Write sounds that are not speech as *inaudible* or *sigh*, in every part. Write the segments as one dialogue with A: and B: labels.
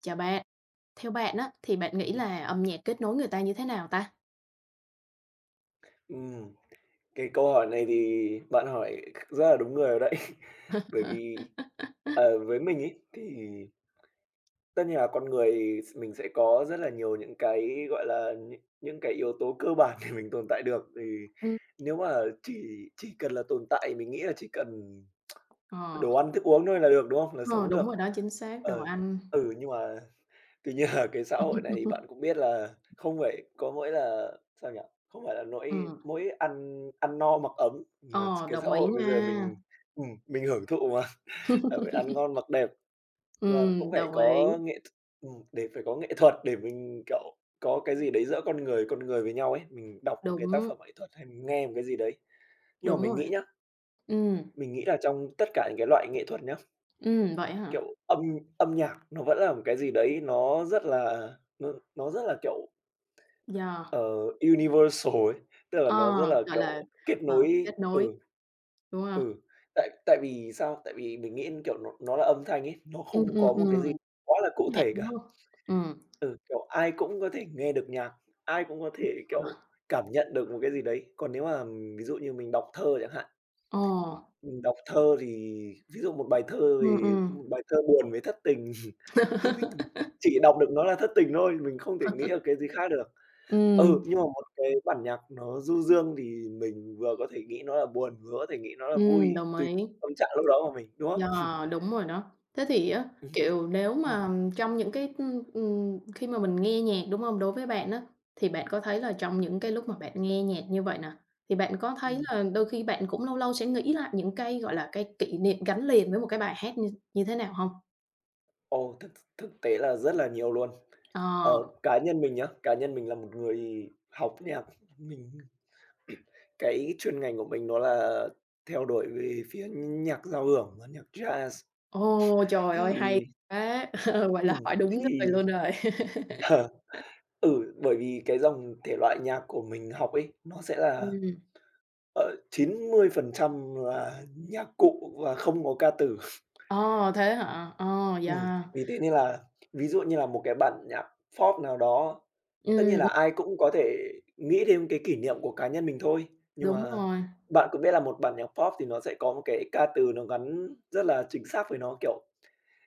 A: Chào bạn. Theo bạn á, thì bạn nghĩ là âm nhạc kết nối người ta như thế nào ta?
B: Ừm, cái câu hỏi này thì bạn hỏi rất là đúng người rồi đấy. *laughs* Bởi vì, với mình ý thì tất nhiên là con người mình sẽ có rất là nhiều những cái, gọi là, những cái yếu tố cơ bản để mình tồn tại được. Thì
A: Ừm.
B: nếu mà chỉ cần là tồn tại, mình nghĩ là chỉ cần
A: Ờ,
B: đồ ăn thức uống thôi là được, đúng không? Là
A: ờ,
B: sống
A: đúng rồi
B: được.
A: đó, chính xác, đồ
B: Ờ,
A: ăn.
B: nhưng mà tuy nhiên là cái xã hội này thì
A: *laughs*
B: bạn cũng biết là không phải có mỗi là sao nhỉ? Không phải là nỗi
A: Ừm,
B: mỗi ăn ăn no mặc ấm, mà
A: ờ,
B: cái xã
A: Đồng ý
B: hội bây giờ
A: nha.
B: mình hưởng thụ mà, *laughs* là phải ăn
A: *laughs*
B: ngon mặc đẹp và cũng phải
A: Đồng ý,
B: có nghệ th để phải có nghệ thuật để mình, kiểu, có cái gì đấy giữa con người với nhau ấy. Mình đọc một cái tác
A: đúng,
B: phẩm nghệ thuật hay mình nghe một cái gì đấy. Nhưng mà
A: đúng
B: mình
A: rồi.
B: nghĩ nhá,
A: Ừm,
B: mình nghĩ là trong tất cả những cái loại nghệ thuật nhá,
A: Vậy hả?
B: kiểu, âm âm nhạc nó vẫn là một cái gì đấy nó rất là nó rất là, kiểu,
A: Yeah,
B: Ờ, universal ấy, tức là
A: ờ,
B: nó rất là,
A: gọi
B: kiểu,
A: là,
B: kết nối
A: kết nối,
B: ừ.
A: đúng không?
B: Ừ, tại tại vì sao? Tại vì mình nghĩ, kiểu, nó là âm thanh ấy, nó
A: Ừm,
B: không có
A: ừm,
B: một cái
A: ừm,
B: gì quá là cụ
A: Giới hạn,
B: thể
A: đúng
B: cả.
A: không? Ừm,
B: Ừ, kiểu, ai cũng có thể nghe được nhạc, ai cũng có thể,
A: ờ,
B: kiểu, cảm nhận được một cái gì đấy. Còn nếu mà ví dụ như mình đọc thơ chẳng hạn,
A: ờ,
B: mình đọc thơ thì ví dụ một bài thơ về
A: ừm.
B: một bài thơ buồn về thất tình *laughs* thì mình
A: *laughs*
B: chỉ đọc được nó là thất tình thôi, mình không thể nghĩ được cái gì khác được.
A: Ừm,
B: Ừ, nhưng mà một cái bản nhạc nó du dương thì mình vừa có thể nghĩ nó là buồn, vừa có thể nghĩ nó là vui,
A: Đồng
B: tùy
A: ý.
B: tâm trạng lúc đó của mình, đúng
A: Dạ,
B: không?
A: đúng rồi đó. Thế thì á, kiểu, nếu
B: *laughs* Ừm,
A: mà trong những cái, khi mà mình nghe nhạc, đúng không? Đối với bạn á, thì bạn có thấy là trong những cái lúc mà bạn nghe nhạc như vậy nè, thì bạn có thấy
B: ừm.
A: là đôi khi bạn cũng lâu lâu sẽ nghĩ lại những cái, gọi là, cái kỷ niệm gắn liền với một cái bài hát như như thế nào hông?
B: Ồ, thực thực tế là rất là nhiều luôn.
A: Ờ.
B: Ờ, cá nhân mình nhá, cá nhân mình là một người học nhạc, mình cái chuyên ngành của mình nó là theo đuổi về phía nhạc giao hưởng và nhạc jazz.
A: Ồ, trời ơi, hay
B: Thì
A: quá! *laughs* Ờ, vậy là
B: ừm,
A: hỏi đúng người
B: thì
A: luôn rồi. *laughs*
B: *laughs* ừ, bởi vì cái dòng thể loại nhạc của mình học ấy, nó sẽ là
A: Ừm.
B: Ờ, 90% là nhạc cụ và không có ca từ.
A: Ờ, thế hả? Ờ,
B: Ừm,
A: yeah.
B: Vì thế nên là ví dụ như là một cái bản nhạc pop nào đó, tất nhiên
A: Ừm,
B: là
A: ừm,
B: ai cũng có thể nghĩ đến cái kỷ niệm của cá nhân mình thôi, nhưng
A: Đúng
B: mà
A: rồi.
B: bạn cũng biết là một bản nhạc pop thì nó sẽ có một cái ca từ nó gắn rất là chính xác với nó, kiểu,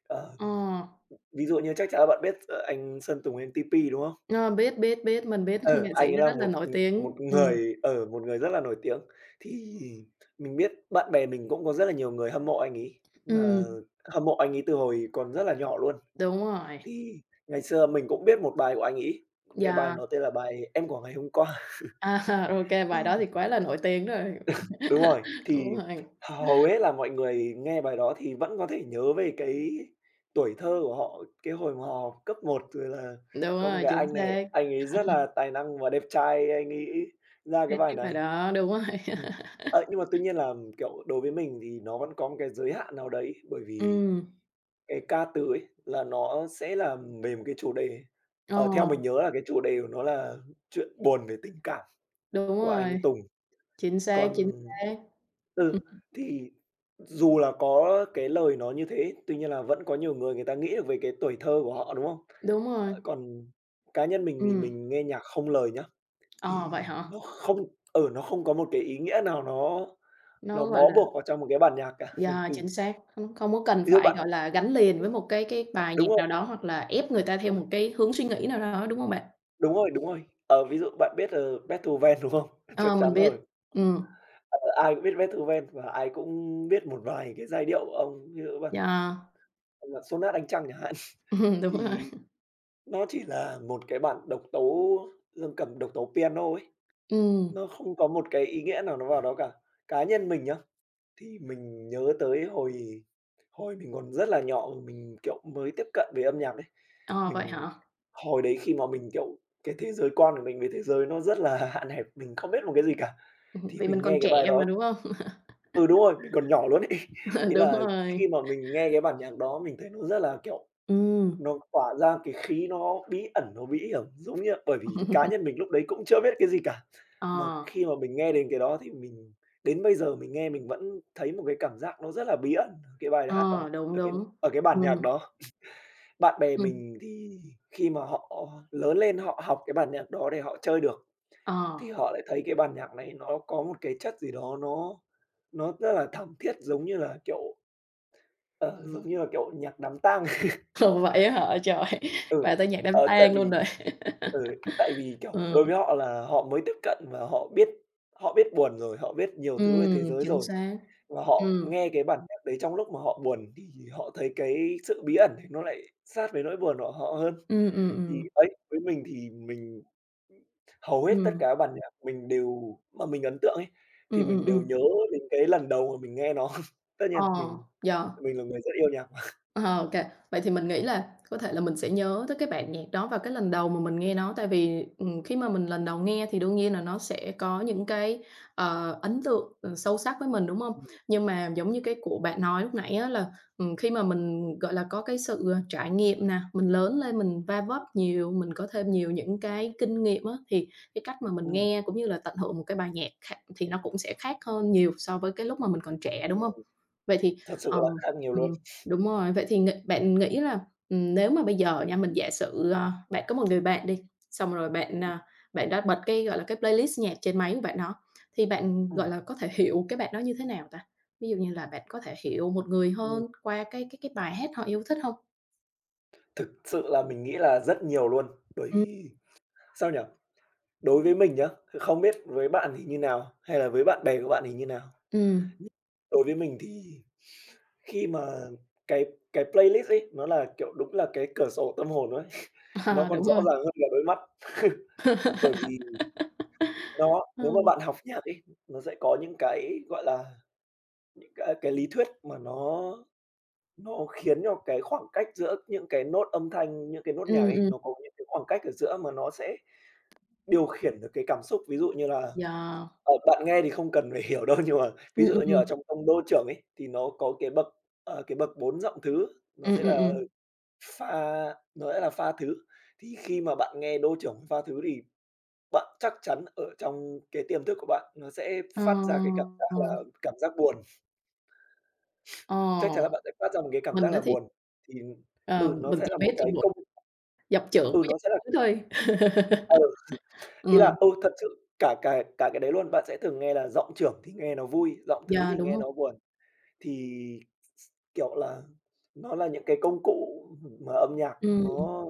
B: ờ,
A: Ờ.
B: ví dụ như chắc chắn là bạn biết, anh Sơn Tùng M-TP, đúng không?
A: Ờ, biết, biết, biết, mình biết *laughs*
B: Ờ,
A: nghệ
B: anh
A: sĩ
B: ấy
A: đó
B: là
A: rất là nổi tiếng.
B: một người rất là nổi tiếng. Thì mình biết bạn bè mình cũng có rất là nhiều người hâm mộ anh ấy, và
A: Ừm,
B: hâm mộ anh ấy từ hồi còn rất là nhỏ luôn.
A: Đúng rồi.
B: Thì ngày xưa mình cũng biết một bài của anh ấy, cái bài
A: Yeah,
B: nó tên là bài "Em của ngày hôm qua."
A: à, *laughs* ô bài
B: Thì
A: đó thì quá là nổi tiếng rồi.
B: đúng rồi,
A: *laughs*
B: thì
A: Đúng rồi,
B: hầu hết là mọi người nghe bài đó thì vẫn có thể nhớ về cái tuổi thơ của họ, cái hồi mà họ học cấp một rồi là
A: đúng
B: có một
A: rồi,
B: cái
A: chính
B: anh này,
A: xác,
B: anh ấy rất là tài năng và đẹp trai, anh ấy ra cái
A: hát
B: bài
A: cái bài
B: này.
A: đó, đúng rồi.
B: Ừm.
A: *laughs*
B: Ờ, nhưng mà tuy nhiên là, kiểu, đối với mình thì nó vẫn có một cái giới hạn nào đấy, bởi vì
A: Ừm,
B: cái ca từ ấy là nó sẽ là về một cái chủ đề,
A: ờ,
B: theo mình nhớ là cái chủ đề của nó là chuyện buồn về tình cảm
A: Đúng
B: của anh
A: rồi,
B: Tùng.
A: chính xác,
B: Còn
A: chính xác. *laughs*
B: ừ, thì dù là có cái lời nó như thế, tuy nhiên là vẫn có nhiều người người ta nghĩ được về cái tuổi thơ của họ, đúng không?
A: Đúng rồi.
B: Ờ, còn cá nhân mình thì
A: ừm,
B: mình nghe nhạc không lời nhá,
A: ờ, Vậy
B: thì
A: hả?
B: nó không có một cái ý nghĩa nào nó
A: Nó,
B: Nó
A: gọi
B: bó
A: là.
B: buộc vào trong một cái bản nhạc cả. *laughs*
A: Yeah,
B: Ừ,
A: chính xác, không không có cần
B: ví dụ
A: phải,
B: bạn
A: gọi là, gắn liền với một cái bài
B: đúng
A: nhạc
B: rồi,
A: nào đó, hoặc là ép người ta
B: đúng
A: theo
B: rồi,
A: một cái hướng suy nghĩ nào đó, đúng không bạn?
B: đúng rồi, đúng rồi. Ờ, ví dụ bạn biết, Beethoven, đúng không? *laughs* Chắc
A: Ờ, mình
B: chắn
A: biết,
B: rồi,
A: ừm.
B: ờ, ai cũng biết Beethoven và ai cũng biết một vài cái giai điệu của ông, ví dụ bản
A: Yeah,
B: bản Sonat Ánh Trăng chẳng hạn, *laughs*
A: *laughs* đúng rồi.
B: thì nó chỉ là một cái bản độc tấu dương cầm, độc tấu piano ấy,
A: Ừm,
B: nó không có một cái ý nghĩa nào nó vào đó cả. Cá nhân mình nhá, thì mình nhớ tới hồi hồi mình còn rất là nhỏ, mình, kiểu, mới tiếp cận với âm nhạc đấy.
A: ờ, Vậy
B: Mình
A: hả?
B: hồi đấy khi mà mình, kiểu, cái thế giới quan của mình về thế giới nó rất là *laughs* hạn hẹp, mình không biết một cái gì cả, thì
A: Vì mình
B: mình nghe
A: còn
B: cái
A: trẻ
B: bài đó
A: mà, đúng hông?
B: ừ, đúng rồi, mình còn nhỏ luôn ấy. *laughs*
A: *laughs*
B: Ý
A: Đúng
B: là
A: rồi,
B: khi mà mình nghe cái bản nhạc đó mình thấy nó rất là, kiểu,
A: ừm,
B: nó tỏa ra cái khí nó bí ẩn, nó bí hiểm, giống như bởi vì cá nhân mình lúc đấy cũng chưa biết cái gì cả.
A: ờ,
B: Mà khi mà mình nghe đến cái đó thì mình đến bây giờ mình nghe mình vẫn thấy một cái cảm giác nó rất là bí ẩn ở cái bài hát đó,
A: ờ, đúng,
B: ở cái
A: đúng,
B: ở cái bản
A: ừm,
B: nhạc đó. Bạn bè
A: ừm,
B: mình thì khi mà họ lớn lên họ học cái bản nhạc đó để họ chơi được,
A: ờ,
B: thì họ lại thấy cái bản nhạc này nó có một cái chất gì đó nó rất là thẩm thiết, giống như là, kiểu, ờ, giống
A: ừm.
B: như là, kiểu, nhạc đám tang. *laughs*
A: Ồ, vậy á hả? Trời, *laughs*
B: Ừ,
A: bà tới nhạc đám
B: tại
A: tang luôn
B: vì
A: rồi. *laughs*
B: tại vì, kiểu,
A: Ừ,
B: đối với họ là họ mới tiếp cận và họ biết buồn rồi, họ biết nhiều thứ về thế giới
A: chính
B: rồi,
A: xác,
B: và họ
A: ừm,
B: nghe cái bản nhạc đấy trong lúc mà họ buồn thì họ thấy cái sự bí ẩn thì nó lại sát với nỗi buồn của họ hơn.
A: ừm, ừm,
B: Thì
A: ừm,
B: ấy, với mình thì hầu hết tất
A: ừm,
B: cả các bản nhạc mình đều mà mình ấn tượng ấy, thì mình đều
A: ừm.
B: nhớ đến cái lần đầu mà mình nghe nó. *laughs* Tất nhiên
A: Ờ,
B: mình
A: yeah.
B: mình là người rất yêu nhạc mà.
A: Ờ, ô Vậy thì mình nghĩ là có thể là mình sẽ nhớ tới cái bản nhạc đó vào cái lần đầu mà mình nghe nó, tại vì, khi mà mình lần đầu nghe thì đương nhiên là nó sẽ có những cái, ờ, ấn tượng, ờ, sâu sắc với mình, đúng hông?
B: Ừm,
A: Nhưng mà giống như cái của bạn nói lúc nãy á là, khi mà mình, gọi là, có cái sự, ờ, trải nghiệm nè, mình lớn lên mình va vấp nhiều, mình có thêm nhiều những cái kinh nghiệm á, thì cái cách mà mình nghe cũng như là tận hưởng một cái bài nhạc khác thì nó cũng sẽ khác hơn nhiều so với cái lúc mà mình còn trẻ, đúng
B: ừm,
A: hông?
B: ừm,
A: Vậy thì,
B: Thật sự là
A: ờm,
B: khác nhiều luôn.
A: ừm. Đúng rồi, vậy thì nghĩ bạn nghĩ là, nếu mà bây giờ nha, mình giả sử, ờ, bạn có một người bạn đi, xong rồi bạn, à, bạn đã bật cái, gọi là, cái playlist nhạc trên máy của bạn đó, thì bạn,
B: Ừm,
A: gọi là, có thể hiểu cái bạn đó như thế nào ta? Ví dụ như là bạn có thể hiểu một người
B: ừm,
A: hơn qua cái bài hát họ yêu thích không?
B: Thực sự là mình nghĩ là rất nhiều luôn, bởi
A: Ừm.
B: vì sao nhỉ? Đối với mình nhá, thì không biết với bạn thì như nào, hay là với bạn bè của bạn thì như nào?
A: Ừm,
B: Đối với mình thì khi mà cái cái playlist ấy, nó là, kiểu, đúng là cái cửa sổ tâm hồn ấy, nó
A: ờ,
B: còn
A: Đúng
B: rõ
A: rồi.
B: ràng hơn là đôi mắt, bởi
A: *laughs*
B: vì đó,
A: Ờ,
B: nếu mà bạn học nhạc ấy, nó sẽ có những cái, gọi là, những cái lý thuyết mà nó khiến cho cái khoảng cách giữa những cái nốt âm thanh, những cái nốt nhạc
A: ừm,
B: ấy,
A: ừm,
B: nó có những cái khoảng cách ở giữa mà nó sẽ điều khiển được cái cảm xúc. Ví dụ như là,
A: yeah,
B: bạn nghe thì không cần phải *laughs* hiểu đâu, nhưng mà ví
A: ừm,
B: dụ
A: ừm,
B: như
A: ừm,
B: ở trong tông đô trưởng ấy, thì nó có cái bậc, cái bậc 4 giọng thứ, nó sẽ là
A: ừm.
B: pha pha thứ. Thì khi mà bạn nghe đô trưởng pha thứ thì bạn chắc chắn ở trong cái tiềm thức của bạn nó sẽ
A: Ờ,
B: phát ra cái cảm giác
A: ờ,
B: là cảm giác buồn,
A: ờ,
B: chắc chắn là bạn sẽ phát ra một cái cảm
A: mình
B: giác
A: đó
B: là
A: thì,
B: buồn. Thì
A: ờ,
B: nó
A: mình
B: sẽ
A: chỉ
B: là một
A: biết
B: cái
A: là
B: công
A: dập chưởng
B: ừ,
A: với
B: nó sẽ là
A: dập túi thôi. *laughs*
B: ờ, ý
A: Ừm,
B: là, thật sự cả cả cả cái đấy luôn. Bạn sẽ thường nghe là giọng trưởng thì nghe nó vui, giọng thứ
A: yeah,
B: thì
A: đúng
B: nghe
A: rồi.
B: nó buồn. Thì s kiểu là, nó là những cái công cụ mà âm nhạc
A: Ừm,
B: nó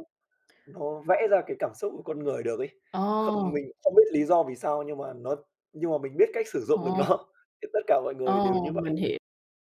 B: Nó vẽ ra cái cảm xúc của con người được ấy.
A: ồ,
B: Không mình không biết lý do vì sao nhưng mà mình biết cách sử dụng được
A: ồ,
B: nó, *laughs* thì tất cả mọi người đều
A: ồ,
B: như vậy.
A: mình hiểu.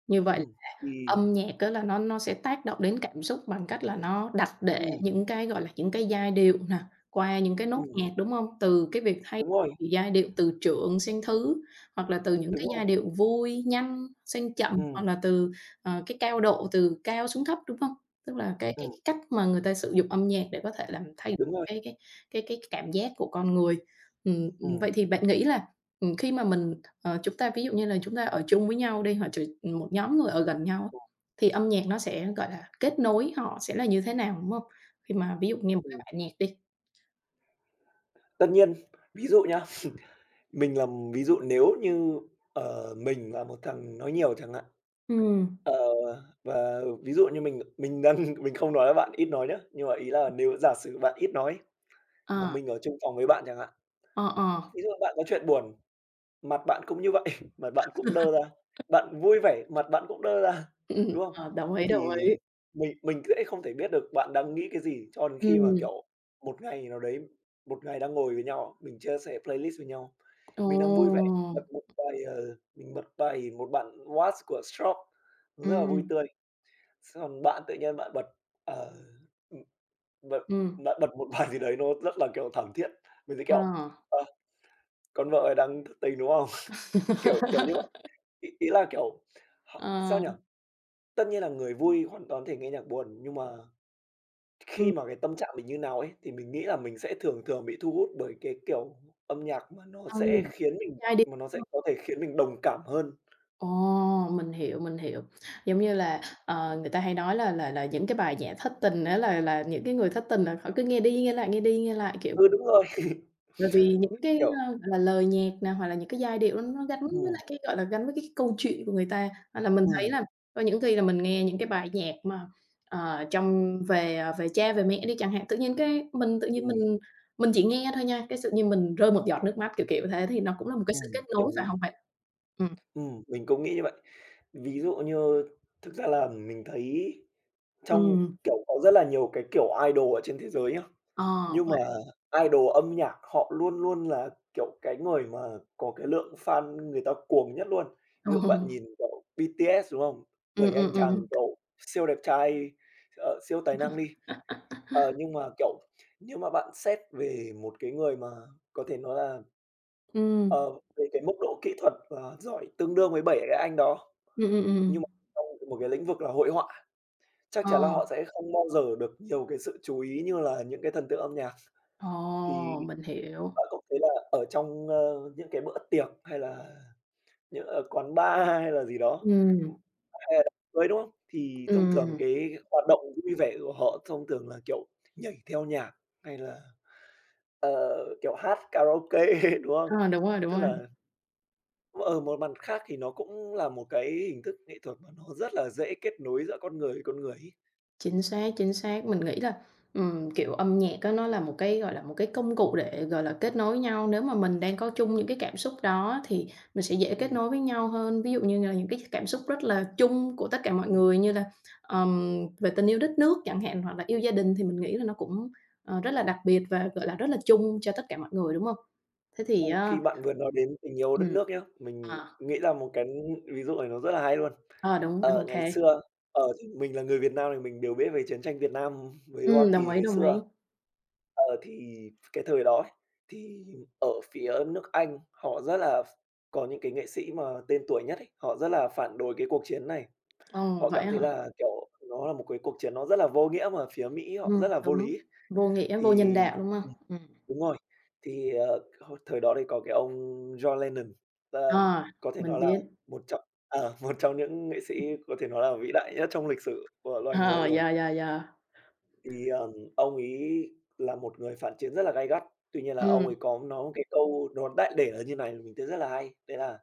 A: Như vậy,
B: Ừm, thì
A: âm nhạc á là nó sẽ tác động đến cảm xúc bằng cách là nó đặt để
B: ừm,
A: những cái, gọi là, những cái giai điệu nè, qua những cái nốt
B: ừm,
A: nhạc, đúng hông? Từ cái việc thay
B: Đúng rồi,
A: đổi giai điệu từ trượng sang thứ, hoặc là từ những
B: đúng
A: cái giai
B: rồi,
A: điệu vui, nhanh sang chậm,
B: ừm,
A: hoặc là từ, ờ, cái cao độ từ cao xuống thấp, đúng hông? Tức là cái
B: ừm,
A: cách mà người ta sử dụng âm nhạc để có thể làm thay
B: đúng
A: đổi
B: rồi,
A: cái cảm giác của con người.
B: ừm,
A: Vậy thì bạn nghĩ là, khi mà mình, chúng ta ví dụ như là chúng ta ở chung với nhau đi, hoặc một nhóm người ở gần nhau á,
B: ừm,
A: thì âm nhạc nó sẽ, gọi là, kết nối họ sẽ là như thế nào, đúng hông? Khi mà ví dụ nghe một cái
B: ừm.
A: bài nhạc đi.
B: Tất nhiên, ví dụ nhá, mình làm ví dụ nếu như, mình là một thằng nói nhiều chẳng hạn,
A: Ừm,
B: ờ, và ví dụ như mình đang *laughs* mình không nói là bạn ít nói nhá, nhưng mà ý là nếu giả sử bạn ít nói mà
A: ờ,
B: mình ở chung phòng với bạn chẳng hạn,
A: ờ, ờ,
B: ví dụ bạn có chuyện buồn. Mặt bạn cũng như vậy, *laughs* mặt bạn cũng đơ ra, bạn vui vẻ, mặt bạn cũng đơ ra, *laughs* đúng không?
A: ờ, đồng ý, đồng
B: Thì
A: ý.
B: mình sẽ không thể biết được bạn đang nghĩ cái gì cho đến khi mà,
A: Ừm,
B: kiểu, một ngày nào đấy, một ngày đang ngồi với nhau, mình chia sẻ playlist với nhau, mình đang vui vẻ,
A: ồ,
B: mình bật một bài, mình bật bài một bản What của Strokes rất là vui
A: ừm,
B: tươi, xong bạn tự nhiên bạn bật, ờ, ừm, bật
A: ừm,
B: bạn bật một *laughs* bài gì đấy nó rất là, kiểu, thảm thiết, mình sẽ,
A: ờ.
B: kiểu, ờ, "Con vợ ấy đang thất tình, đúng không?" *laughs* Kiểu kiểu như
A: *laughs*
B: Ý ý là, kiểu, họ sao
A: Ờ,
B: nhỉ? Tất nhiên là người vui hoàn toàn có thể nghe nhạc buồn, nhưng mà
A: ừm,
B: khi mà cái tâm trạng mình như nào ấy, thì mình nghĩ là mình sẽ thường thường bị thu hút bởi cái kiểu âm nhạc
A: ừ, trai đi.
B: mà nó sẽ
A: *unintelligible*
B: có thể khiến mình đồng cảm hơn.
A: Ồ, mình hiểu, mình hiểu. Giống như là, ờ, người ta hay nói là những cái bài nhạc thất tình á là những cái người thất tình là họ cứ nghe đi nghe lại, nghe đi nghe lại, kiểu.
B: Ừ, đúng rồi. *laughs*
A: Bởi vì những cái,
B: Kiểu
A: ơ, gọi là, lời nhạc nè, hoặc là những cái giai điệu nó gắn với
B: ừm,
A: lại cái, gọi là, gắn với cái câu chuyện của người ta. Hoặc là mình thấy
B: ừm,
A: là có những khi là mình nghe những cái bài nhạc mà, ờ, trong về, ờ, về cha về mẹ đi chẳng hạn, tự nhiên cái mình tự nhiên
B: ừm,
A: mình chỉ nghe thôi nha, cái tự nhiên mình rơi một giọt nước mắt, kiểu, kiểu thế, thì nó cũng là một cái sự kết nối,
B: đồng
A: phải
B: ý.
A: hông bạn? Ừm,
B: Mình cũng nghĩ như vậy. Ví dụ như thực ra là mình thấy trong,
A: ừm,
B: kiểu, có rất là nhiều cái kiểu idol ở trên thế giới nhá.
A: ờ,
B: Nhưng mà
A: vậy
B: idol âm nhạc họ luôn luôn là, kiểu, cái người mà có cái lượng fan người ta cuồng nhất luôn. Ví dụ bạn
A: ừm,
B: nhìn, kiểu, BTS, đúng không? bảy anh
A: ừm.
B: chàng, kiểu, siêu đẹp trai, siêu tài năng đi,
A: *laughs*
B: nhưng mà, kiểu, nếu mà bạn xét về một cái người mà có thể nói là, ờ, về cái mức độ kỹ thuật và giỏi tương đương với 7 cái anh đó,
A: Ừm, ừm, ừm,
B: nhưng
A: ừm.
B: mà trong một cái lĩnh vực là hội họa, chắc
A: ờ,
B: chắn là họ sẽ không bao giờ được nhiều cái sự chú ý như là những cái thần tượng âm nhạc. Thì
A: Ồ, mình hiểu.
B: bạn cũng thấy là ở trong, ơ, những cái bữa tiệc hay là những ở quán bar hay là gì đó, ừm,
A: Ừm,
B: hay là đám cưới, đúng không? Thì thông thường
A: ừm,
B: cái hoạt động vui vẻ của họ thông thường là, kiểu, nhảy theo nhạc hay là, ờ, kiểu, hát karaoke, *laughs* đúng không?
A: ờ, Đúng rồi, đúng
B: Tức
A: rồi.
B: là ở một mặt khác thì nó cũng là một cái hình thức nghệ thuật mà nó rất là dễ kết nối giữa con người với con người ấy.
A: Chính xác, chính xác. Mình nghĩ là, kiểu, âm nhạc á nó là một cái, gọi là, một cái công cụ để, gọi là, kết nối nhau. Nếu mà mình đang có chung những cái cảm xúc đó thì mình sẽ dễ kết
B: Ừm,
A: nối với nhau hơn. Ví dụ như là những cái cảm xúc rất là chung của tất cả mọi
B: ừm,
A: người như là, về tình yêu đất nước chẳng hạn, hoặc là yêu
B: ừm,
A: gia đình thì mình nghĩ là nó cũng, ờ, rất
B: ừm.
A: là đặc biệt và, gọi là, rất là chung cho tất cả mọi người, đúng không? Thế thì
B: Ô,
A: á.
B: khi bạn vừa nói đến tình yêu đất
A: Ừm,
B: nước nhá, mình
A: ờ,
B: nghĩ là một cái ví dụ này nó rất là hay luôn.
A: ờ, Đúng,
B: Ờ,
A: ok
B: ngày
A: kê.
B: xưa, thì mình là người Việt Nam thì mình đều biết về chiến tranh Việt Nam với Hoa
A: Đồng
B: Kỳ
A: ý,
B: ngày
A: đồng ý.
B: xưa. Ờ, thì cái thời đó ấy, thì ở phía nước Anh họ rất là có những cái nghệ sĩ mà tên tuổi nhất ấy, họ rất là phản đối cái cuộc chiến này.
A: Ồ,
B: Họ
A: vậy
B: cảm thấy
A: hả?
B: là, kiểu, nó là một cái cuộc chiến nó rất là vô nghĩa mà phía Mỹ họ rất là vô
A: Đúng,
B: lý.
A: vô nghĩa, vô nhân
B: Thì
A: đạo, đúng hông? Ừm,
B: đúng rồi, thì, hồi thời đó thì có cái ông John Lennon, ờ,
A: ờ,
B: có thể
A: mình
B: nói là
A: biết.
B: một trong ờ, *laughs* một trong những nghệ sĩ có thể nói là vĩ đại nhất trong lịch sử của loài người
A: Ờ,
B: rồi.
A: yeah, yeah, yeah.
B: Thì, ông ấy là một người phản chiến rất là gay gắt, tuy nhiên là ông
A: ừm,
B: ấy có nói một cái câu nó đại để là như này mình thấy rất là hay, đấy là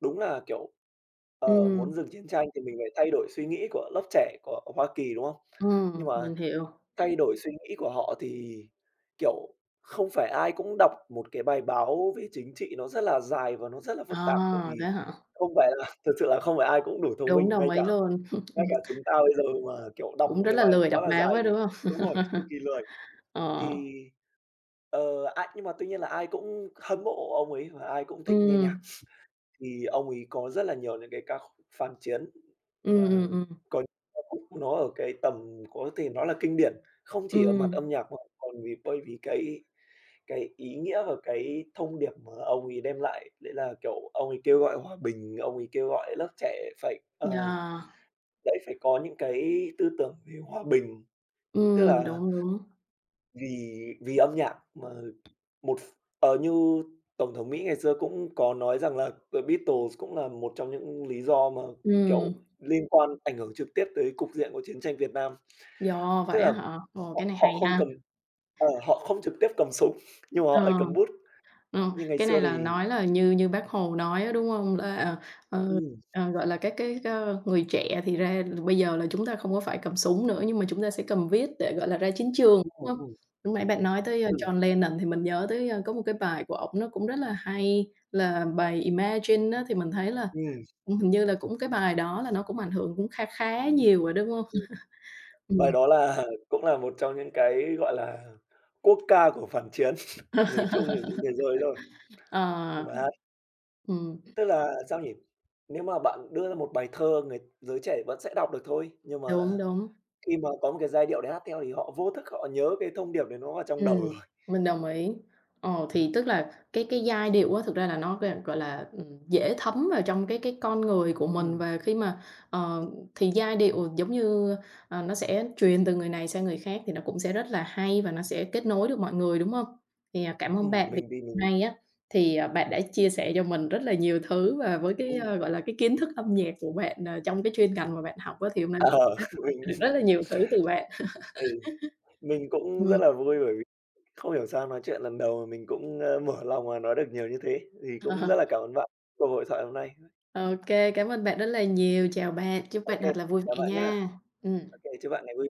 B: đúng là, kiểu, muốn
A: ừm,
B: dừng chiến tranh thì mình phải thay đổi suy nghĩ của lớp trẻ của Hoa Kỳ, đúng không? Nhưng mà
A: mình hiểu.
B: thay đổi suy nghĩ của họ thì, kiểu, không phải ai cũng đọc một cái bài báo về chính trị nó rất là dài và nó rất là phức
A: À,
B: tạp, bởi
A: thế
B: vì
A: hả?
B: không phải là *laughs* thực sự là không phải ai cũng đủ thông
A: Đúng,
B: minh,
A: đồng ý luôn.
B: ngay cả
A: *laughs*
B: chúng ta bây giờ mà, kiểu, đọc
A: Cũng
B: một
A: rất
B: cái
A: là
B: bài
A: lười
B: quá
A: đọc
B: là
A: báo
B: dài
A: ấy,
B: thì
A: đúng hông?
B: đúng rồi, cực kỳ lười.
A: Ờ,
B: Thì, nhưng mà tuy nhiên là ai cũng hâm mộ ông ấy và ai cũng thích nghe
A: ừm,
B: nhạc. Thì ông ấy có rất là nhiều những cái ca khúc phản chiến
A: ừm,
B: và
A: ừm, ừm,
B: có những ca khúc nó ở cái tầm có thể nói là kinh điển, không chỉ ở mặt
A: ừm,
B: âm nhạc mà còn bởi vì cái ý nghĩa và cái thông điệp mà ông ấy đem lại. Đấy là, kiểu, ông ấy kêu gọi hòa bình, ông ấy kêu gọi lớp trẻ phải,
A: yeah,
B: đấy, phải có những cái tư tưởng về hòa bình, tức là
A: đúng, đúng,
B: vì vì âm nhạc mà một như Tổng thống Mỹ ngày xưa cũng có nói rằng là The Beatles cũng là một trong những lý do mà, kiểu,
A: ừm,
B: liên quan ảnh hưởng trực tiếp tới cục diện của chiến tranh Việt Nam.
A: yeah,
B: Tức
A: vậy á
B: là
A: hả? Ồ, cái
B: họ
A: này hay
B: họ không
A: ha,
B: cầm họ không trực tiếp cầm súng, nhưng mà họ lại
A: ờ.
B: cầm bút.
A: Ờ,
B: Như ngày
A: cái này
B: xưa
A: là
B: thì
A: nói là như như Bác Hồ nói á, đúng hông? Là, ờ,
B: ừm,
A: gọi là, các cái, người trẻ thì ra bây giờ là chúng ta không có phải cầm súng nữa, nhưng mà chúng ta sẽ cầm viết để, gọi là, ra chiến trường,
B: ừm,
A: đúng hông?
B: ừm,
A: Lúc nãy bạn nói tới,
B: ừ,
A: John Lennon thì mình nhớ tới, có một cái bài của ổng nó cũng rất là hay, là bài Imagine á, thì mình thấy là,
B: ừm,
A: hình như là cũng cái bài đó là nó cũng ảnh hưởng cũng kha khá nhiều rồi, đúng hông?
B: ừm, bài
A: Ừm,
B: đó là *laughs* cũng là một trong những cái, gọi là, quốc ca của phản chiến, *laughs* nói chung là những thế giới rồi.
A: ờ,
B: Và
A: ừm,
B: Tức là, sao nhỉ? Nếu mà bạn đưa ra một bài thơ người giới trẻ vẫn sẽ đọc được thôi, nhưng mà
A: đúng, đúng.
B: khi mà có một cái giai điệu để hát theo thì họ vô thức họ nhớ cái thông điệp đấy nó vào trong đầu
A: Ừm,
B: rồi.
A: mình đồng ý. Ờ, thì tức là cái giai điệu á, thực ra là nó gọi là, dễ thấm vào trong cái con người của mình
B: Ừm,
A: và khi mà, ờ, thì giai điệu giống như, nó sẽ truyền từ người này sang người khác thì nó cũng sẽ rất là hay và nó sẽ kết nối được mọi người, đúng hông? Thì, à, cảm ơn bạn vì
B: mình thì
A: hôm
B: mình
A: nay á, thì, à, bạn đã chia sẻ cho mình rất là nhiều thứ và với cái,
B: ừm,
A: ơ, gọi là, cái kiến thức âm nhạc của bạn, trong cái chuyên ngành mà bạn học á, thì hôm nay
B: ờ,
A: đã học
B: *laughs* mình
A: được rất là nhiều thứ từ bạn.
B: ừ, mình cũng rất
A: Ừm.
B: là vui bởi vì không hiểu sao nói chuyện lần đầu mà mình cũng, mở lòng và nói được nhiều như thế, thì cũng
A: Ờ.
B: rất là cảm ơn bạn cuộc hội thoại hôm nay.
A: OK, cảm ơn bạn rất là nhiều. Chào bạn, chúc bạn
B: OK,
A: thật là vui
B: chào
A: vẻ
B: bạn nhá.
A: nha. Ừm.
B: OK, chúc bạn ngày vui.